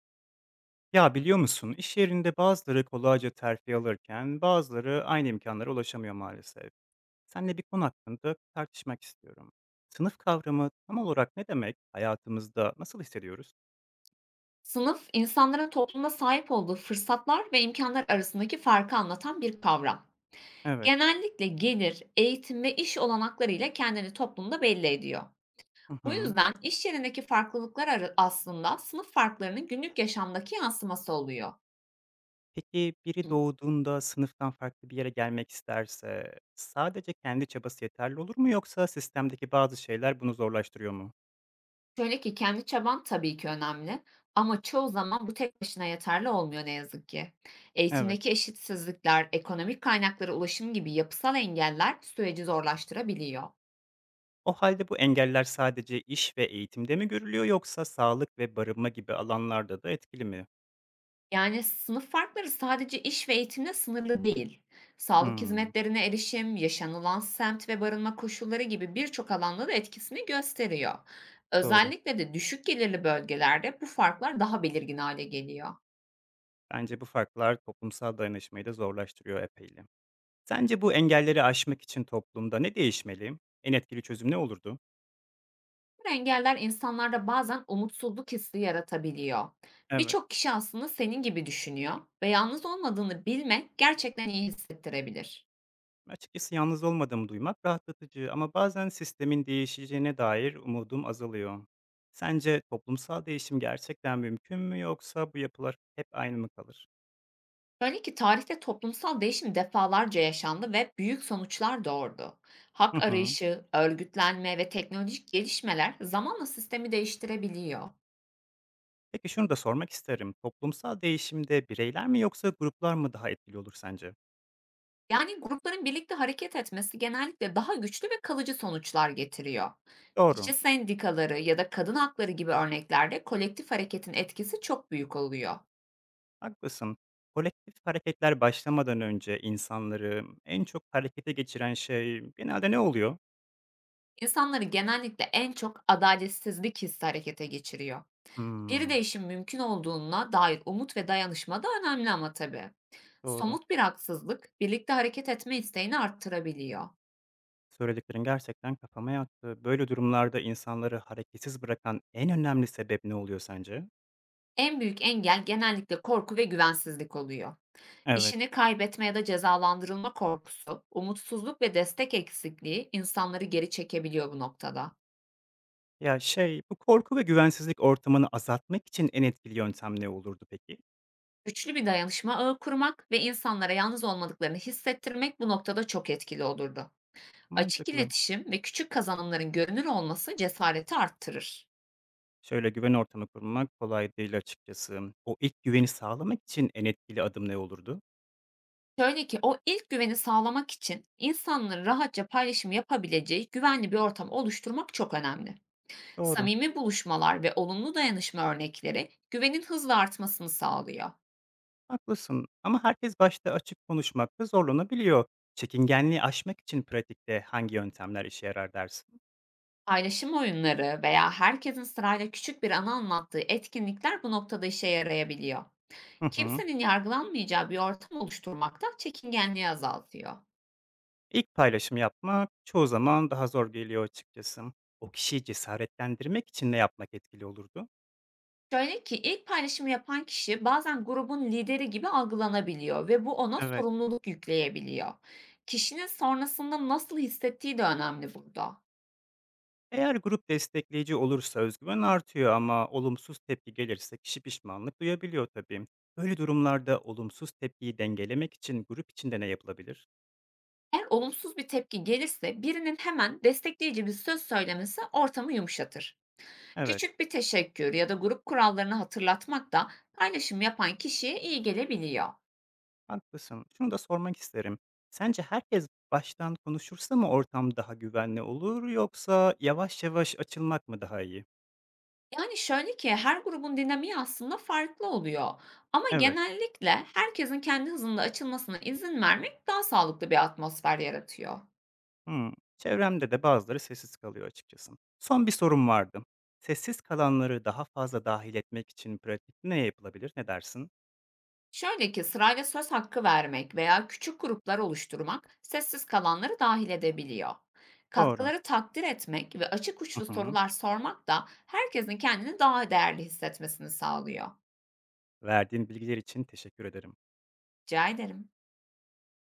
Ya biliyor musun, iş yerinde bazıları kolayca terfi alırken bazıları aynı imkanlara ulaşamıyor maalesef. Seninle bir konu hakkında tartışmak istiyorum. Sınıf kavramı tam olarak ne demek? Hayatımızda nasıl hissediyoruz? Sınıf, insanların toplumda sahip olduğu fırsatlar ve imkanlar arasındaki farkı anlatan bir kavram. Evet. Genellikle gelir, eğitim ve iş olanaklarıyla kendini toplumda belli ediyor. Hı Bu hı. yüzden iş yerindeki farklılıklar aslında sınıf farklarının günlük yaşamdaki yansıması oluyor. Peki biri doğduğunda sınıftan farklı bir yere gelmek isterse sadece kendi çabası yeterli olur mu yoksa sistemdeki bazı şeyler bunu zorlaştırıyor mu? Şöyle ki kendi çaban tabii ki önemli ama çoğu zaman bu tek başına yeterli olmuyor ne yazık ki. Evet. Eğitimdeki eşitsizlikler, ekonomik kaynaklara ulaşım gibi yapısal engeller süreci zorlaştırabiliyor. O halde bu engeller sadece iş ve eğitimde mi görülüyor yoksa sağlık ve barınma gibi alanlarda da etkili mi? Yani, sınıf farkları sadece iş ve eğitimle sınırlı değil. Sağlık Hımm, hizmetlerine erişim, yaşanılan semt ve barınma koşulları gibi birçok alanda da etkisini gösteriyor. doğru. Özellikle de düşük gelirli bölgelerde bu farklar daha belirgin hale geliyor. Bence bu farklar toplumsal dayanışmayı da zorlaştırıyor epeyli. Sence bu engelleri aşmak için toplumda ne değişmeli? En etkili çözüm ne olurdu? Bu engeller insanlarda bazen umutsuzluk hissi yaratabiliyor. Evet. Birçok kişi aslında senin gibi düşünüyor ve yalnız olmadığını bilmek gerçekten iyi hissettirebilir. Açıkçası yalnız olmadığımı duymak rahatlatıcı ama bazen sistemin değişeceğine dair umudum azalıyor. Sence toplumsal değişim gerçekten mümkün mü yoksa bu yapılar hep aynı mı kalır? Şöyle ki tarihte toplumsal değişim defalarca yaşandı ve büyük sonuçlar doğurdu. Hı Hak hı. arayışı, örgütlenme ve teknolojik gelişmeler zamanla sistemi değiştirebiliyor. Peki şunu da sormak isterim. Toplumsal değişimde bireyler mi yoksa gruplar mı daha etkili olur sence? Yani grupların birlikte hareket etmesi genellikle daha güçlü ve kalıcı sonuçlar getiriyor. İşçi Doğru. sendikaları ya da kadın hakları gibi örneklerde kolektif hareketin etkisi çok büyük oluyor. Haklısın. Kolektif hareketler başlamadan önce insanları en çok harekete geçiren şey genelde ne oluyor? İnsanları genellikle en çok adaletsizlik hissi harekete geçiriyor. Geri Hmm, değişim mümkün olduğuna dair umut ve dayanışma da önemli ama tabii. doğru. Somut bir haksızlık, birlikte hareket etme isteğini arttırabiliyor. Söylediklerin gerçekten kafama yattı. Böyle durumlarda insanları hareketsiz bırakan en önemli sebep ne oluyor sence? En büyük engel genellikle korku ve güvensizlik oluyor. Evet. İşini kaybetme ya da cezalandırılma korkusu, umutsuzluk ve destek eksikliği insanları geri çekebiliyor bu noktada. Bu korku ve güvensizlik ortamını azaltmak için en etkili yöntem ne olurdu peki? Güçlü bir dayanışma ağı kurmak ve insanlara yalnız olmadıklarını hissettirmek bu noktada çok etkili olurdu. Açık Mantıklı. iletişim ve küçük kazanımların görünür olması cesareti arttırır. Şöyle güven ortamı kurmak kolay değil açıkçası. O ilk güveni sağlamak için en etkili adım ne olurdu? Şöyle ki, o ilk güveni sağlamak için insanların rahatça paylaşım yapabileceği güvenli bir ortam oluşturmak çok önemli. Doğru. Samimi buluşmalar ve olumlu dayanışma örnekleri güvenin hızla artmasını sağlıyor. Haklısın ama herkes başta açık konuşmakta zorlanabiliyor. Çekingenliği aşmak için pratikte hangi yöntemler işe yarar dersin? Paylaşım oyunları veya herkesin sırayla küçük bir anı anlattığı etkinlikler bu noktada işe yarayabiliyor. Hı hı. Kimsenin yargılanmayacağı bir ortam oluşturmak da çekingenliği azaltıyor. İlk paylaşım yapmak çoğu zaman daha zor geliyor açıkçası. O kişiyi cesaretlendirmek için ne yapmak etkili olurdu? Şöyle ki, ilk paylaşımı yapan kişi bazen grubun lideri gibi algılanabiliyor ve bu ona Evet, sorumluluk yükleyebiliyor. Kişinin sonrasında nasıl hissettiği de önemli burada. eğer grup destekleyici olursa özgüven artıyor ama olumsuz tepki gelirse kişi pişmanlık duyabiliyor tabii. Böyle durumlarda olumsuz tepkiyi dengelemek için grup içinde ne yapılabilir? Eğer olumsuz bir tepki gelirse birinin hemen destekleyici bir söz söylemesi ortamı yumuşatır. Evet. Küçük bir teşekkür ya da grup kurallarını hatırlatmak da paylaşım yapan kişiye iyi gelebiliyor. Haklısın. Şunu da sormak isterim. Sence herkes baştan konuşursa mı ortam daha güvenli olur yoksa yavaş yavaş açılmak mı daha iyi? Yani, şöyle ki, her grubun dinamiği aslında farklı oluyor ama Evet. genellikle herkesin kendi hızında açılmasına izin vermek daha sağlıklı bir atmosfer yaratıyor. Hmm. Çevremde de bazıları sessiz kalıyor açıkçası. Son bir sorum vardı. Sessiz kalanları daha fazla dahil etmek için pratik ne yapılabilir? Ne dersin? Şöyle ki, sırayla söz hakkı vermek veya küçük gruplar oluşturmak sessiz kalanları dahil edebiliyor. Doğru. Katkıları takdir etmek ve açık uçlu Hı hı. sorular sormak da herkesin kendini daha değerli hissetmesini sağlıyor. Verdiğin bilgiler için teşekkür ederim. Rica ederim.